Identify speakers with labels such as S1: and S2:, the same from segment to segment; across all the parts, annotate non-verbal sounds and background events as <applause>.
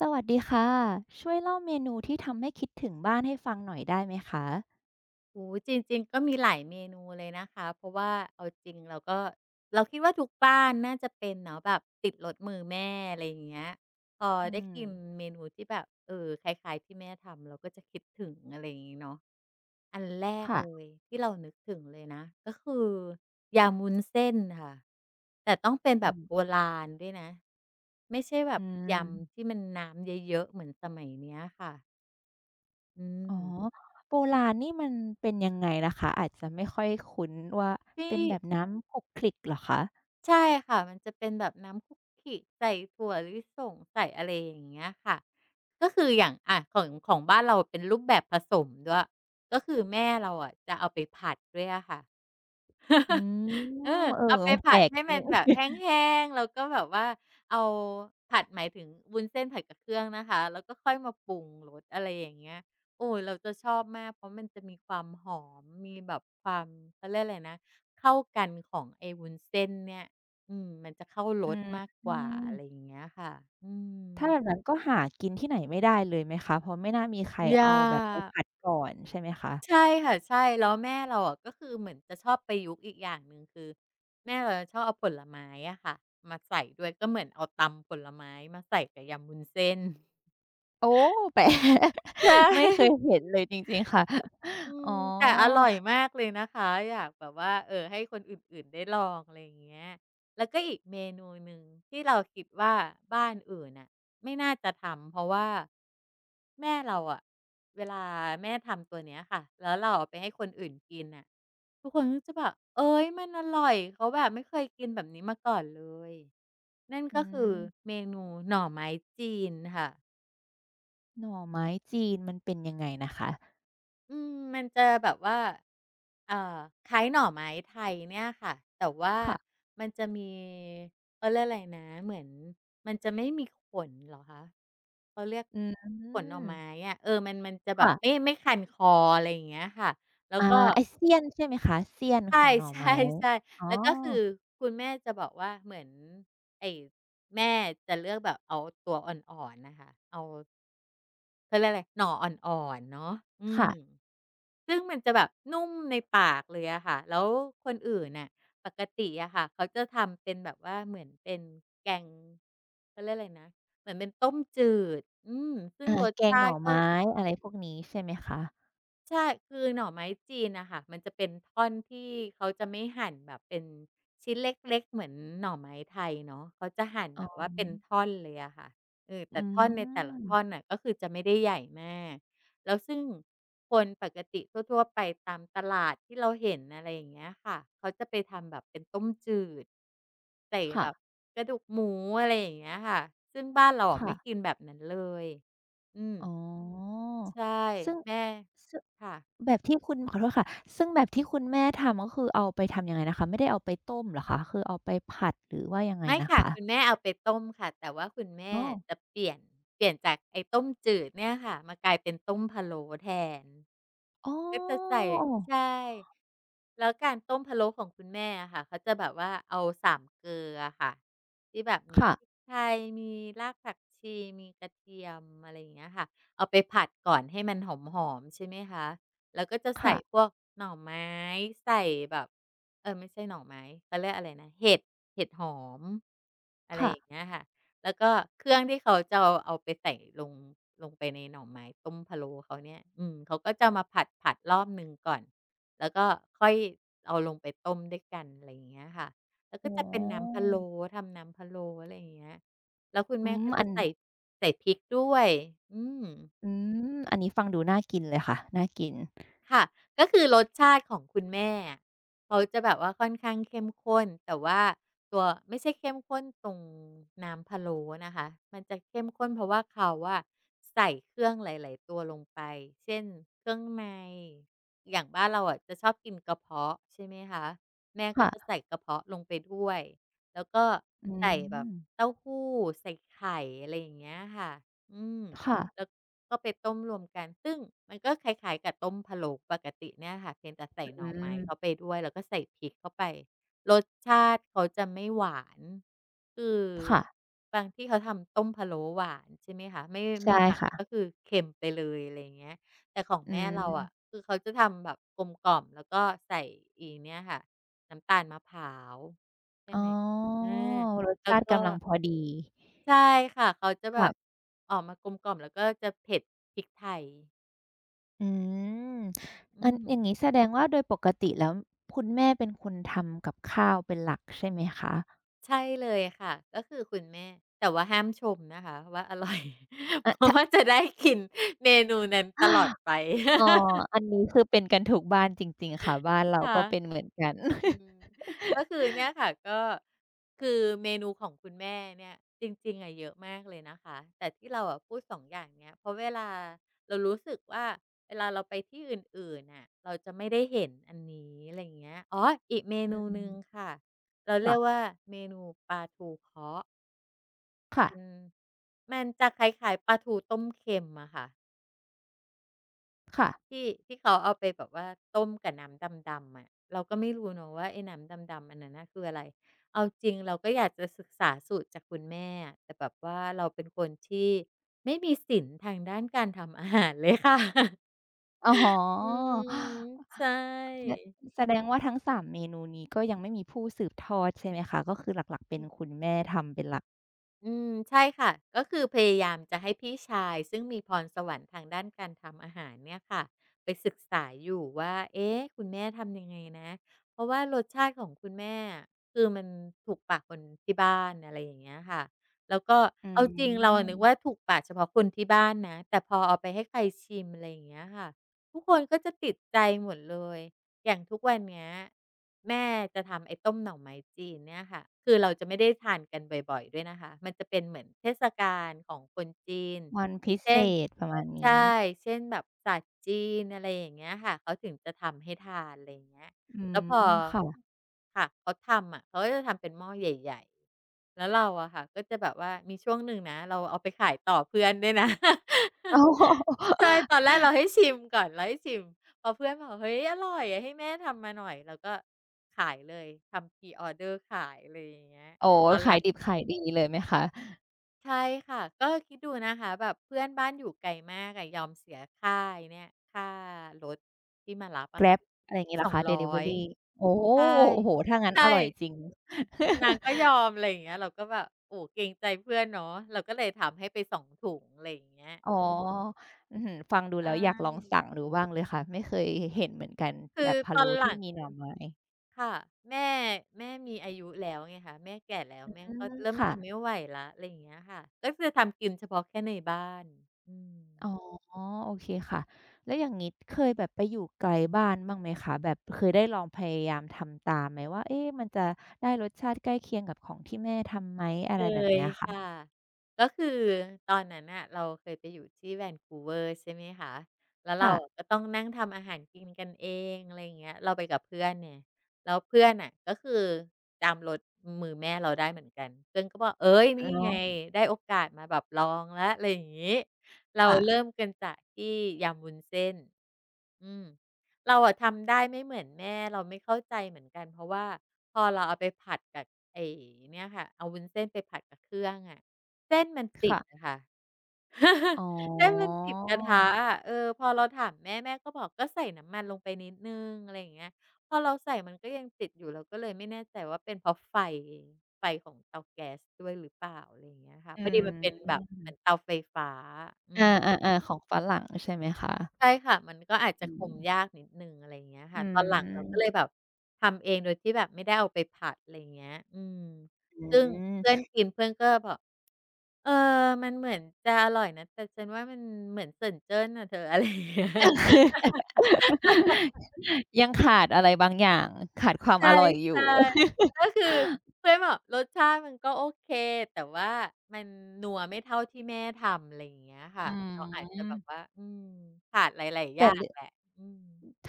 S1: สวัสดีค่ะช่วยเล่าเมนูที่ทำให้คิดถึงบ้านให้ฟังหน่อยได้ไหมคะ
S2: โอ้โฮจริงๆก็มีหลายเมนูเลยนะคะเพราะว่าเอาจริงเราก็เราคิดว่าทุกบ้านน่าจะเป็นเนาะแบบติดรสมือแม่อะไรอย่างเงี้ยพอ
S1: อื
S2: ได้
S1: ม
S2: กินเมนูที่แบบคล้ายๆที่แม่ทำเราก็จะคิดถึงอะไรอย่างงี้เนาะอันแรก
S1: ค่ะ
S2: เลยที่เรานึกถึงเลยนะก็คือยำวุ้นเส้นค่ะแต่ต้องเป็น
S1: อื
S2: แบบ
S1: ม
S2: โบราณด้วยนะไม่ใช่แบ
S1: อื
S2: บยำที่
S1: ม
S2: มันน้ำเยอะๆเหมือนสมัยเนี้ยค่ะอื
S1: อ๋อ
S2: ม
S1: โบราณนี่มันเป็นยังไงล่ะคะอาจจะไม่ค่อยคุ้นว่า
S2: ที่
S1: เป็นแบบน้ำขลุกขลิกเหรอคะ
S2: ใช่ค่ะมันจะเป็นแบบน้ำคุกกี้ใส่ถั่วลิสงใส่อะไรอย่างเงี้ยค่ะก็คืออย่างอ่ะของบ้านเราเป็นรูปแบบผสมด้วยก็คือแม่เราอะจะเอาไปผัดด้วยอะค่ะ
S1: อืม
S2: เออ
S1: เออ
S2: เอาไป
S1: แป
S2: ผั
S1: ล
S2: ด
S1: ก
S2: ให้มันแบบ
S1: ดี
S2: แห้งๆแล้วก็แบบว่าเอาผัดหมายถึงวุ้นเส้นผัดกับเครื่องนะคะแล้วก็ค่อยมาปรุงรสอะไรอย่างเงี้ยโอ้เราจะชอบมากเพราะมันจะมีความหอมมีแบบความเขาเรียกอะไรนะเข้ากันของไอ้วุ้นเส้นเนี่ยอืมมันจะเข้าร
S1: อื
S2: ส
S1: ม
S2: มากกว่าอะไรอย่างเงี้ยค่ะอืม
S1: ถ้าแบบนั้นก็หากินที่ไหนไม่ได้เลยไหมคะเพราะไม่น่ามีใครเอา
S2: ยา
S1: แบบไป
S2: ก
S1: ผัดก่อนใช่ไหมคะ
S2: ใช่ค่ะใช่แล้วแม่เราอะก็คือเหมือนจะชอบประยุกต์อีกอย่างหนึ่งคือแม่เราจะชอบเอาผลไม้อะค่ะมาใส่ด้วยก็เหมือนเอาตำผลไม้มาใส่กับยำวุ้นเส้น
S1: โอ้แปลก <laughs>
S2: <laughs> ใช่
S1: ไม่เคยเห็นเลยจริงๆค่ะ
S2: อื
S1: อ๋อ
S2: มแต่อร่อยมากเลยนะคะอยากแบบว่าให้คนอื่นๆได้ลองอะไรอย่างเงี้ยแล้วก็อีกเมนูหนึ่งที่เราคิดว่าบ้านอื่นน่ะไม่น่าจะทำเพราะว่าแม่เราอะเวลาแม่ทำตัวเนี้ยค่ะแล้วเราเอาไปให้คนอื่นกินน่ะทุกคนก็จะแบบเอ๊ยมันอร่อยเขาแบบไม่เคยกินแบบนี้มาก่อนเลยนั่น
S1: อื
S2: ก็คือ
S1: ม
S2: เมนูหน่อไม้จีนค่ะ
S1: หน่อไม้จีนมันเป็นยังไงนะคะ
S2: อืมมันจะแบบว่าเอ่อคล้ายหน่อไม้ไทยเนี่ยค่ะแต่ว่า
S1: ค่ะ
S2: มันจะมีเขาเรียกอะไรนะเหมือนมันจะไม่มีขนเหรอคะเขาเรียก
S1: อื
S2: ขนหน่อไม้
S1: ม
S2: อะเออมันจะแบบ
S1: ค่ะ
S2: ไม่คันคออะไรอย่างเงี้ยค่ะแล้ว
S1: อา
S2: ก็
S1: ไอ้เสี้ยนใช่ไหมคะเสี้ยนขอ
S2: ใช่
S1: งหน่อไม้
S2: <laughs> ใช่
S1: อ๋อ
S2: ๆแล้วก็คือคุณแม่จะบอกว่าเหมือนไอ้แม่จะเลือกแบบเอาตัวอ่อนๆน่ะค่ะเอาเขาเรียกอะไรหน่ออ่อนๆเนาะอื
S1: ค่ะ
S2: ม ซึ่งมันจะแบบนุ่มในปากเลยอะค่ะแล้วคนอื่นน่ะปกติอะค่ะเขาจะทำเป็นแบบว่าเหมือนเป็นแกงเขาเรียกอะไรนะเหมือนเป็นต้มจืดอืมซึ่ง
S1: อา
S2: รส
S1: แกง
S2: ชา
S1: หน่อ
S2: ติก็
S1: ไม้อะไรพวกนี้ใช่ไหมคะ
S2: ใช่คือหน่อไม้จีนน่ะค่ะมันจะเป็นท่อนที่เขาจะไม่หั่นแบบเป็นชิ้นเล็กๆเหมือนหน่อไม้ไทยเนาะเขาจะหั่น
S1: อ๋
S2: แบ
S1: อ
S2: บว่าเป็นท่อนเลยอะค่ะเออ
S1: อื
S2: แต่ท่อนในแต่ละท่อน
S1: ม
S2: น่ะก็คือจะไม่ได้ใหญ่มากแล้วซึ่งคนปกติทั่วๆไปตามตลาดที่เราเห็นอะไรอย่างเงี้ยค่ะเขาจะไปทำแบบเป็นต้มจืดใส่
S1: ค่ะ
S2: แบบกระดูกหมูอะไรอย่างเงี้ยค่ะซึ่งบ้านเราอะ
S1: ค่ะ
S2: ไม่กินแบบนั้นเลยอืม
S1: อ๋อ
S2: ใช่
S1: ซึ่ง
S2: แม่
S1: ซึ่ง
S2: ค่ะ
S1: แบบที่คุณขอโทษค่ะซึ่งแบบที่คุณแม่ทำก็คือเอาไปทำยังไงนะคะไม่ได้เอาไปต้มเหรอคะคือเอาไปผัดหรือว่ายังไง
S2: ไม่
S1: นะ
S2: ค่ะ
S1: คะ
S2: คุณแม่เอาไปต้มค่ะแต่ว่าคุณแม่
S1: อ๋อ
S2: จะเปลี่ยนจากไอ้ต้มจืดเนี่ยค่ะมากลายเป็นต้มพะโล้แทน
S1: อ๋
S2: ก็จะใส่
S1: อ
S2: ใช่แล้วการต้มพะโล้ของคุณแม่อะค่ะเขาจะแบบว่าเอาสามเกลืออะค่ะที่แบบมี
S1: ค่ะ
S2: พริกไทยมีรากผักชีมีกระเทียมอะไรอย่างเงี้ยค่ะเอาไปผัดก่อนให้มันหอมๆใช่ไหมคะแล้วก็จะใส่
S1: ค่ะ
S2: พวกหน่อไม้ใส่แบบ ไม่ใช่หน่อไม้เขาเรียกอะไรนะเห็ดเห็ดหอมอะไร
S1: ค่ะ
S2: อย่างเงี้ยค่ะแล้วก็เครื่องที่เขาจะเอาไปใส่ลงลงไปในหน่อไม้ต้มพะโล้เขาเนี่ยอืมเขาก็จะมาผัดๆรอบหนึ่งก่อนแล้วก็ค่อยเอาลงไปต้มด้วยกันอะไรอย่างเงี้ยค่ะแล้ว
S1: อ๋
S2: ก็จะเป็นน้ำพะ
S1: อ
S2: โล้ทำน้ำพะโล้อะไรอย่างเงี้ยแล้วคุณ
S1: อื
S2: แม่
S1: ม
S2: ก็จะใส่ใส่พริกด้วยอืม
S1: อืมอันนี้ฟังดูน่ากินเลยค่ะ น่ากิน
S2: ค่ะ ก็คือรสชาติของคุณแม่อะเขาจะแบบว่าค่อนข้างเข้มข้นแต่ว่าตัวไม่ใช่เข้มข้นตรงน้ำพะโล้นะคะ มันจะเข้มข้นเพราะว่าเขาอะใส่เครื่องหลายๆตัวลงไป เช่นเครื่องในอย่างบ้านเราอะจะชอบกินกระเพาะใช่ไหมคะแม่ก็
S1: ค่ะ
S2: จะใส่กระเพาะลงไปด้วยแล้วก็
S1: อื
S2: ใส่แบบ
S1: ม
S2: เต้าหู้ใส่ไข่อะไรอย่างเงี้ยค่ะอืม
S1: ค่ะ
S2: แล้ว ก็ไปต้มรวมกันซึ่งมันก็คล้ายๆกับต้มพะโล้ปกติเนี่ยค่ะเพียงแต่ใส่ห
S1: อื
S2: น่อไม้เข้า
S1: ม
S2: ไปด้วยแล้วก็ใส่พริกเข้าไปรสชาติเขาจะไม่หวานคือ
S1: ค่ะ
S2: บางที่เขาทำต้มพะโล้หวานใช่ไหมคะไม่ไม่
S1: ใช่
S2: หวาน
S1: ค่ะ
S2: ก็คือเค็มไปเลยอะไรอย่างเงี้ยแต่ของ
S1: อื
S2: แม่เราอะ
S1: ม
S2: คือเขาจะทำแบบกลมกล่อมแล้วก็ใส่อีเนี่ยค่ะน้ำตาลมะพร้าวใช่
S1: อ๋
S2: ไหม
S1: อ
S2: อา
S1: รส
S2: แล้ว
S1: ชาติ
S2: ก็
S1: กำลังพอดี
S2: ใช่ค่ะเขาจะแบบ
S1: ค่ะ
S2: ออกมากลมกล่อมแล้วก็จะเผ็ดพริกไทย
S1: อืม
S2: อื
S1: งั้น
S2: ม
S1: อย่างงี้แสดงว่าโดยปกติแล้วคุณแม่เป็นคนทำกับข้าวเป็นหลักใช่ไหมคะ
S2: ใช่เลยค่ะก็คือคุณแม่แต่ว่าห้ามชมนะคะว่าอร่อย <laughs> เพ
S1: อะ
S2: ราะ
S1: ทะ
S2: ว่าจะได้กินเมนูนั้นตลอด
S1: <gasps>
S2: ไป
S1: อ๋ออันนี้คือเป็นกันทุกบ้านจริงๆค่ะบ้านเราก็
S2: ค่ะ
S1: เป็นเหมือนกัน
S2: อืมก็คือเนี่ยค่ะก็คือเมนูของคุณแม่เนี่ยจริงๆอะเยอะมากเลยนะคะแต่ที่เราอะพูดสองอย่างเนี้ยเพราะเวลาเรารู้สึกว่าเวลาเราไปที่อื่นๆน่ะเราจะไม่ได้เห็นอันนี้อะไรอย่างเงี้ยอ๋ออีกเม
S1: อื
S2: นูหนึ่ง
S1: ม <laughs>
S2: ค่ะเราเรี
S1: ค่ะ
S2: ยกว่าเมนูปลาทูเค้าะเป็น
S1: ค่ะ
S2: มันจะคล้ายๆปลาทูต้มเค็มอะค่ะ
S1: ค่ะ
S2: ที่เขาเอาไปแบบว่าต้มกับน้ำดำๆอะเราก็ไม่รู้เนาะว่าไอ้น้ำดำๆอันนั้นน่ะคืออะไรเอาจริงเราก็อยากจะศึกษาสูตรจากคุณแม่อะแต่แบบว่าเราเป็นคนที่ไม่มีศีลทางด้านการทำอาหารเลยค่ะ
S1: อ๋
S2: อื
S1: อ
S2: มใช่
S1: แสแสดงว่าทั้งสามเมนูนี้ก็ยังไม่มีผู้สืบทอดใช่ไหมคะ ก็คือหลักๆเป็นคุณแม่ทำเป็นหลัก
S2: อืมใช่ค่ะก็คือพยายามจะให้พี่ชายซึ่งมีพรสวรรค์ทางด้านการทำอาหารเนี่ยค่ะไปศึกษาอยู่ว่าเอ๊ะคุณแม่ทำยังไงนะเพราะว่ารสชาติของคุณแม่อะคือมันถูกปากคนที่บ้านอะไรอย่างเงี้ยค่ะแล้วก็
S1: อื
S2: เอาจริงเราอะนึกว่า
S1: ม
S2: ถูกปากเฉพาะคนที่บ้านนะแต่พอเอาไปให้ใครชิมอะไรอย่างเงี้ยค่ะทุกคนก็จะติดใจหมดเลย อย่างทุกวันเนี้ยแม่จะทำไอ้ต้มหน่อไม้จีนเนี่ยค่ะคือเราจะไม่ได้ทานกันบ่อยๆด้วยนะคะมันจะเป็นเหมือนเทศกาลของคนจีน
S1: วันพิเศ
S2: เช่น
S1: ษประมาณนี้
S2: ใช่เช่นแบบศาสตร์จีนอะไรอย่างเงี้ยค่ะเขาถึงจะทำให้ทานอะไรอย่างเงี้ย
S1: อื
S2: แล้ว
S1: ม
S2: พอ
S1: ค่ะ
S2: ค่ะเขาทำอะเขาก็จะทำเป็นหม้อใหญ่ๆแล้วเราอะค่ะก็จะแบบว่ามีช่วงหนึ่งนะเราเอาไปขายต่อเพื่อนด้วยนะ
S1: โอโฮ
S2: <laughs> ใช่ตอนแรกเราให้ชิมก่อนเราให้ชิม พอเพื่อนบอกเฮ้ยอร่อยอะให้แม่ทำมาหน่อยเราก็ขายเลยทำ Pre-order ขายอะไรอย่างเงี้ย
S1: โอ้โฮ
S2: ตอนห
S1: ขาย
S2: ลัง
S1: ดิบขายดีเลยไหมคะ
S2: ใช่ค่ะก็คิดดูนะคะแบบเพื่อนบ้านอยู่ไกลมากอะยอมเสียค่าไอ้เนี่ยค่ารถที่มารับอะค่ะ
S1: Grab อะไรงี้เหรอคะดิลิเวอ
S2: 200
S1: รีโอ้โฮ
S2: ใช่
S1: โอ้โฮถ้างั้น
S2: ใช่
S1: อร่อยจริง
S2: อืมนาง
S1: <laughs>
S2: ก็ยอมอะไรอย่างเงี้ยเราก็แบบโอ้เกรงใจเพื่อนเนาะเราก็เลยทำให้ไปสองถุงอะไรอย่างเงี้ย
S1: อ๋อ
S2: อืม
S1: อื้อฮือฟังดู
S2: ใช
S1: แล้วอยากลอง
S2: ่
S1: สั่งดูบ้างเลยค่ะ ไม่เคยเห็นเหมือนกันแบ
S2: คือ
S1: บพะ
S2: ตอ
S1: โล้
S2: นห
S1: ที่
S2: ลัง
S1: มีหน่อไม้
S2: ค่ะแม่แม่มีอายุแล้วไงคะแม่แก่แล้ว
S1: อ
S2: แม่
S1: ื
S2: ก็
S1: ม
S2: เริ่ม
S1: ค่ะ
S2: ทำไม่ไหวแล้วอะไรอย่างเงี้ยค่ะก็จะทำกินเฉพาะแค่ในบ้านอืม
S1: อ๋อโอเคค่ะแล้วอย่างนี้เคยแบบไปอยู่ไกลบ้านบ้างไหมคะแบบเคยได้ลองพยายามทำตามไหมว่าเอ๊ะมันจะได้รสชาติใกล้เคียงกับของที่แม่ทำไหมอะ
S2: เค
S1: ไรแบบ
S2: ย
S1: เนี้ยค่ะ
S2: ค่ะก็คือตอนนั้นน่ะเราเคยไปอยู่ที่แ v นคู o ว v e ์ใช่ไหมคะแล้วเรา
S1: ค่ะ
S2: อะก็ต้องนั่งทำอาหารกินกันเองอะไรอย่างเงี้ยเราไปกับเพื่อนไงแล้วเพื่อนน่ะก็คือจำรสมือแม่เราได้เหมือนกันเพื่อนก็บอกเอ๊ย
S1: อ๋
S2: นี่
S1: อ
S2: ไงได้โอกาสมาแบบลองแล้วอะไรอย่างงี้เรา
S1: ค่ะ
S2: เริ่มกันจากที่ยำวุ้นเส้นอืม เราอะทำได้ไม่เหมือนแม่เราไม่เข้าใจเหมือนกันเพราะว่าพอเราเอาไปผัดกับไอ้เนี่ยค่ะเอาวุ้นเส้นไปผัดกับเครื่องอะเส้นมันติ
S1: ค่ะ
S2: ดอะค่ะ
S1: อ๋
S2: <laughs> เส้นมัน
S1: อ
S2: ติดกระทะอะเออพอเราถามแม่แม่ก็บอกก็ใส่น้ำมันลงไปนิดนึงอะไรอย่างเงี้ยพอเราใส่มันก็ยังติดอยู่เราก็เลยไม่แน่ใจว่าเป็นเพราะไฟของเตาแก๊สด้วยหรือเปล่าอะไรอย่างเงี้ยค่ะ
S1: อื
S2: พอดีมันเป็นแบบเหมือน
S1: ม
S2: เตาไฟฟ้า
S1: อาๆๆของฝรั่งใช่ไหมคะ
S2: ใช่ค่ะมันก็อาจจะ
S1: อื
S2: คุ
S1: ม
S2: มยากนิดหนึ่งอะไรอย่างเงี้ย
S1: อื
S2: ค่ะตอนหลังเราก็เลย
S1: ม
S2: แบบทำเองโดยที่แบบไม่ได้เอาไปผัดอะไรอย่างเงี้ยอืม
S1: อื
S2: ซึ่ง
S1: ม
S2: เพื่อนกินเพื่อนก็บอกเออมันเหมือนจะอร่อยนะแต่ฉันว่ามันเหมือนเซิ่นเจิ้นอะเธอ <laughs> อะไรอย่างเงี้ย
S1: <laughs> ยังขาดอะไรบางอย่างขาดความอ
S2: ใช่
S1: ร่อยอยู่
S2: ๆก็คือเพื่อนบอกรสชาติมันก็โอเคแต่ว่ามันนัวไม่เท่าที่แม่ทำอะไรอย่างเงี้ย
S1: อื
S2: ค่ะเราอาจจะแบบ
S1: ม
S2: ว่าอืมขาดหลายๆอ
S1: แต่
S2: ย่างแหละอืม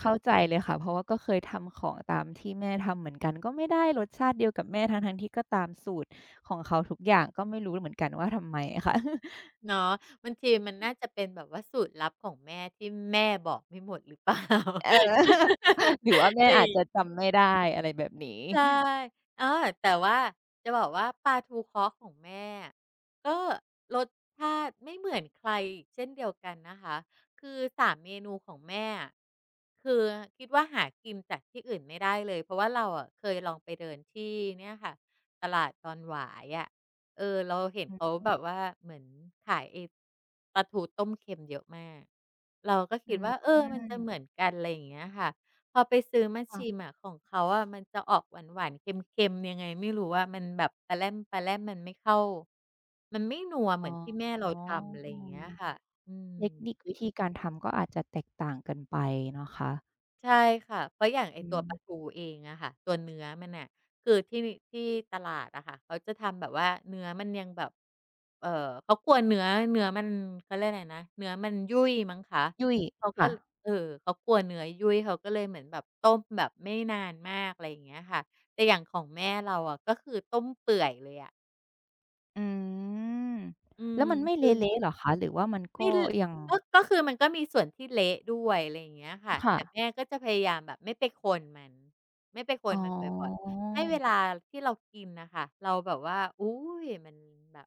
S1: เข้าใจเลยค่ะเพราะว่าก็เคยทำของตามที่แม่ทำเหมือนกันก็ไม่ได้รสชาติเดียวกับแม่ทั้งๆที่ก็ตามสูตรของเขาทุกอย่างก็ไม่รู้เหมือนกันว่าทำไมค่ะ <laughs>
S2: เนาะบางทีมันน่าจะเป็นแบบว่าสูตรลับของแม่ที่แม่บอกไม่หมดหรือ <laughs> เปล่า
S1: เออ
S2: <laughs>
S1: หรือว่าแม่อา
S2: นี่
S1: จจะจำไม่ได้อะไรแบบนี้
S2: ใช่เออแต่ว่าจะบอกว่าปลาทูเค้อของแม่อะก็รสชาติไม่เหมือนใครอีกเช่นเดียวกันนะคะคือสามเมนูของแม่อะคือคิดว่าหากินจากที่อื่นไม่ได้เลยเพราะว่าเราอะเคยลองไปเดินที่เนี่ยค่ะตลาดดอนหวายอะเออเราเห็น
S1: อือ
S2: เขาแบบว่าเหมือนขายไอ้ปลาทูต้มเค็มเยอะมากเราก็
S1: อื
S2: คิดว่าเอ
S1: ม
S2: อมันจะเหมือนกันอะไรอย่างเงี้ยค่ะ พอไปซื้อมาชิม
S1: ค่ะ
S2: อะของเขาอะมันจะออกหวานๆเค็มๆยังไงไม่รู้อะมันแบบปะแล่มๆมันไม่เข้ามันไม่นัวเห
S1: อ๋อ
S2: มือนที่แม่เราทำอะไรอย่างเงี้ยค่ะอืม
S1: เทคนิควิธีการทำก็อาจจะแตกต่างกันไปนะคะ
S2: ใช่ค่ะเพราะอย่างไอ้
S1: อื
S2: ตัวปลา
S1: ม
S2: ทูเองอะค่ะ ตัวเนื้อมันน่ะคือที่ตลาดอะค่ะเขาจะทำแบบว่าเนื้อมันยังแบบเอ่อเขากลัวเนื้อมันเขาเรียกอะไรนะเนื้อมันยุ่ยมั้งคะ
S1: ยุ่ย
S2: เขาก็
S1: ค่ะ
S2: เอ่อเขากลัวเนื้อยุ่ยเขาก็เลยเหมือนแบบต้มแบบไม่นานมากอะไรอย่างเงี้ยค่ะแต่อย่างของแม่เราอะก็คือต้มเปื่อยเลยอะ
S1: อืม
S2: อื
S1: แล้
S2: ม
S1: วมันไม่เล
S2: คือ
S1: ะๆเหรอคะหรือว่ามันก็
S2: ไม่ล
S1: ยัง
S2: ก็คือมันก็มีส่วนที่เละด้วยอะไรอย่างเงี้ยค่ะ
S1: ค่ะ
S2: แต่แม่ก็จะพยายามแบบไม่ไปคนมันไม่ไปค
S1: อ๋
S2: นมันบ่อย
S1: อ
S2: ๆให้เวลาที่เรากินน่ะค่ะเราแบบว่าอุ๊ยมันแบบ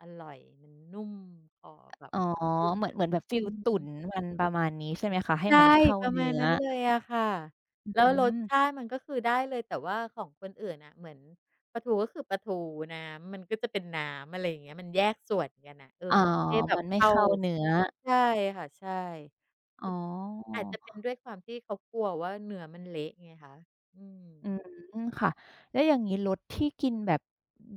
S2: อร่อยมันนุ่มคอแบบ
S1: อ๋อ
S2: อืม
S1: เหมือนเหมือนแบบฟี
S2: อื
S1: ลตุ๋น
S2: ม
S1: มันประมาณนี้ใช่ไหมคะให้
S2: ใช่
S1: มันเข้า
S2: ประมา
S1: เนื้
S2: ณ
S1: อ
S2: นั้นเลยอะค่ะ
S1: อื
S2: แล้วรส
S1: ม
S2: ชาติมันก็คือได้เลยแต่ว่าของคนอื่นน่ะเหมือนปลาทูก็คือปลาทูน้ำมันก็จะเป็นน้ำอะไรอย่างเงี้ยมันแยกส่วนกันน่ะเออ
S1: อ๋อ
S2: มันไม่ได้แบ
S1: มั
S2: บ
S1: นไม่
S2: เข้า
S1: เข้าเนื้อ
S2: ใช่ค่ะใช่
S1: อ๋
S2: คุณ
S1: อ
S2: อาจจะเป็นด้วยความที่เขากลัวว่าเนื้อมันเละไงคะอืม
S1: อืมค่ะแล้วอย่างงี้รสที่กินแบบ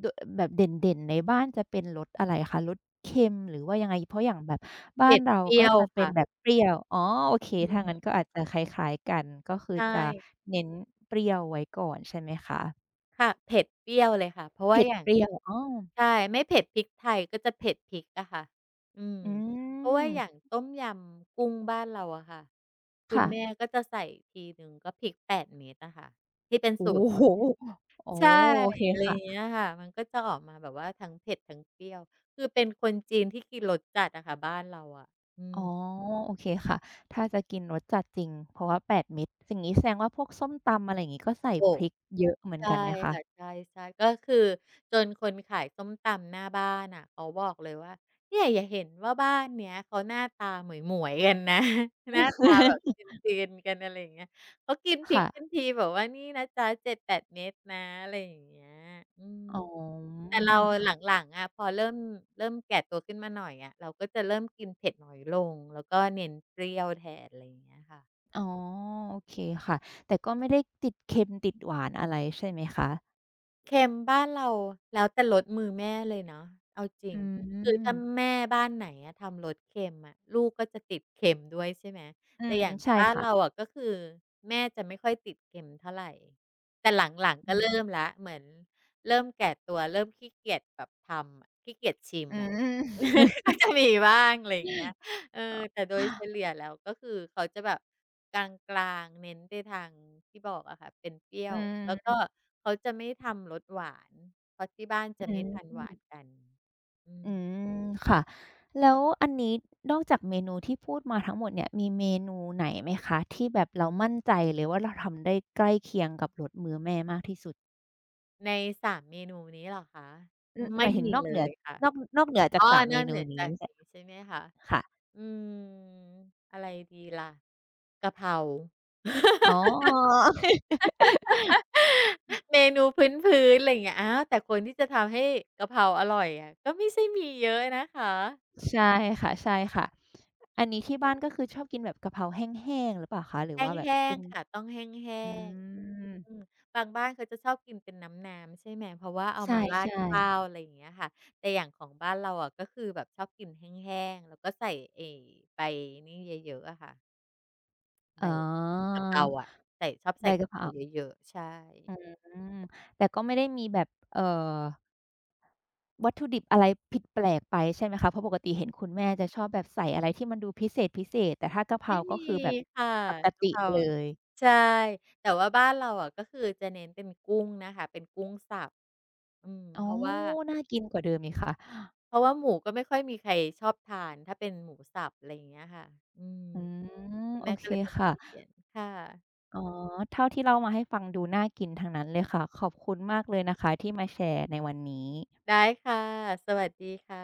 S1: ดแบบเด่นๆในบ้านจะเป็นรสอะไรคะรสเค็มหรือว่ายังไงเพราะอย่างแบบบ้า
S2: เผ็
S1: น
S2: ด
S1: เรา
S2: เปรี้
S1: ก็
S2: ยว
S1: จะเป็น
S2: ค่ะ
S1: แบบเปรี้ยวอ๋อโอเค
S2: อื
S1: ถ้างั้นก็
S2: ม
S1: อาจจะคล้ายๆกันก็คือ
S2: ใช่
S1: จะเน้นเปรี้ยวไว้ก่อนใช่ไหมคะ
S2: ค่ะเผ็ดเปรี้ยวเลยค่ะเพราะว่า
S1: เผ็ด
S2: อย่า
S1: เป
S2: ง
S1: รี้ยวออ
S2: ใช่ไม่เผ็ดพริกไทยก็จะเผ็ดพริกอะค่ะอืม
S1: อื
S2: เพราะว่า
S1: ม
S2: อย่างต้มยำกุ้งบ้านเราอะค่ะคุณแม่
S1: ค่ะ
S2: ก็จะใส่ทีหนึ่งก็พริก8เม็ดอะค่ะที่เป็น
S1: โอ้
S2: สูตร
S1: โฮอ๋อ
S2: ใช่
S1: โอเค
S2: อะไรอย่างเงี้
S1: ค่ะ
S2: ยค่ะมันก็จะออกมาแบบว่าทั้งเผ็ดทั้งเปรี้ยวคือเป็นคนจีนที่กินรสจัดอะค่ะบ้านเราอะอื
S1: อ๋
S2: ม
S1: อโอเคค่ะถ้าจะกินรสจัดจริงเพราะว่า8เม็ดอย่างงี้แสดงว่าพวกส้มตำอะไรอย่างงี้ก็ใส่
S2: โอ้
S1: พริกเยอะเหมือน
S2: ใช่
S1: กันไหมคะ
S2: ค่ะใช่ๆก็คือจนคนขายส้มตำหน้าบ้านน่ะเขาบอกเลยว่าเนี่ยอย่าเห็นว่าบ้านเนี้ยเขาหน้าตาหมวยๆกันนะ <laughs> หน้าตาแบบ
S1: <laughs>
S2: จีนๆกันอะไรอย่างเงี้ยเขากินพริก
S1: ค่ะ
S2: กันทีแบบว่านี่นะจ๊ะ7-8เม็ดนะอะไรอย่างเงี้ยอืม
S1: อ๋อ
S2: แต่เราหลังๆอะพอเริ่มแก่ตัวขึ้นมาหน่อยอะเราก็จะเริ่มกินเผ็ดน้อยลงแล้วก็เน้นเปรี้ยวแทนอะไรอย่างเงี้ยค่ะ
S1: อ๋อโอเคค่ะ แต่ก็ไม่ได้ติดเค็มติดหวานอะไรใช่ไหมคะ
S2: เค็มบ้านเราแล้วแต่รสมือแม่เลยเนาะเอาจริ
S1: อื
S2: งคือ
S1: ม
S2: ถ้าแม่บ้านไหนอะทำรสเค็มอะลูกก็จะติดเค็มด้วยใช่ไหม
S1: อื
S2: แต่
S1: ม
S2: อย่าง
S1: ใช่
S2: บ้านเรา
S1: ค่ะ
S2: อะก็คือแม่จะไม่ค่อยติดเค็มเท่าไรแต่หลังๆ
S1: อื
S2: ก็เริ่ม
S1: ม
S2: แล้วเหมือนเริ่มแก่ตัวเริ่มขี้เกียจแบบทำอะขี้เกียจชิม
S1: อื
S2: อะ
S1: ม
S2: <laughs> ก็จะมีบ้างอะไรอย่างเงี้ยเออแต่โดยเฉ
S1: <laughs>
S2: ลี่ยแล้วก็คือเขาจะแบบกลางๆเน้นไปทางที่บอกอะค่ะเป็นเปรี้ย
S1: อื
S2: ว แล้วก็
S1: ม
S2: เขาจะไม่ทำรสหวาน เพราะที่บ้าน
S1: อื
S2: จะไม่ทานหวาน
S1: ม
S2: กันอืม
S1: อืมค่ะแล้วอันนี้นอกจากเมนูที่พูดมาทั้งหมดเนี่ยมีเมนูไหนไหมคะที่แบบเรามั่นใจเลยว่าเราทำได้ใกล้เคียงกับรสมื้อแม่มากที่สุด
S2: ในสามเมนูนี้เหรอคะ
S1: อือห
S2: ไม่
S1: มายถึง
S2: มี
S1: นอก
S2: เล
S1: เหนือ
S2: ยค่ะ
S1: นอกเหนือจา
S2: อ๋
S1: ก
S2: อ
S1: สาม
S2: น
S1: เม
S2: อกเห
S1: นู
S2: นือ
S1: นี้
S2: จากนี้
S1: ช
S2: ใช่ไหมคะ
S1: ค่ะ
S2: อืมอะไรดีล่ะกะเพรา
S1: อ๋อ <laughs>
S2: เมนูพื้นๆอะไรอย่างเงี้ยอาวแต่คนที่จะทำให้กะเพราอร่อยอะก็ไม่ใช่มีเยอะนะคะ
S1: ใช่ค่ะใช่ค่ะอันนี้ที่บ้านก็คือชอบกินแบบกะเพราแห้งๆหรือเปล่าคะหรือว่าแบบ
S2: แห้
S1: เป็
S2: ง
S1: น
S2: ๆค่ะต้องแห้
S1: อื
S2: งๆอืม
S1: ม
S2: บางบ้านเขาจะชอบกินเป็นน้ำๆใช่ไหมเพราะว่าเอา
S1: ใช่
S2: มาราดข้าว
S1: ๆ
S2: อะไรอย่างเงี้ยค่ะแต่อย่างของบ้านเราอะก็คือแบบชอบกินแห้งๆแล้วก็ใส่ไอ้ใบนี่เยอะๆอะค่ะใบ
S1: อ๋อ
S2: กะเพราอะใส่ชอบ
S1: ใบ
S2: ใส่
S1: กะ
S2: กะ
S1: เพ
S2: เพ
S1: รา
S2: ราเยอะๆใช่
S1: อืมแต่ก็ไม่ได้มีแบบวัตถุดิบอะไรผิดแปลกไปใช่ไหมคะเพราะปกติเห็นคุณแม่จะชอบแบบใส่อะไรที่มันดูพิเศษพิเศษแต่ถ้ากะเพรา
S2: ไม่
S1: ก็
S2: มี
S1: คือแบบ
S2: ค่ะ
S1: ปก
S2: กะ
S1: ติ
S2: เพรา
S1: เลย
S2: ใช่แต่ว่าบ้านเราอะก็คือจะเน้นเป็นกุ้งนะคะเป็นกุ้งสับอืม
S1: อ๋
S2: เพ
S1: อ
S2: ราะว่า
S1: น่ากินกว่าเดิมอีกค่ะ
S2: หมูก็ไม่ค่อยมีใครชอบทานถ้าเป็นหมูสับอะไรอย่างเงี้ยค่ะอืม
S1: อืม
S2: คุณ
S1: โอ
S2: แม่
S1: เค
S2: ก็เลยต้อง
S1: ค่ะ
S2: เปลี่ยนค่ะ
S1: อ๋อเท่าที่เล่ามาให้ฟังดูน่ากินทั้งนั้นเลยค่ะขอบคุณมากเลยนะคะที่มาแชร์ในวันนี้
S2: ได้ค่ะสวัสดีค่ะ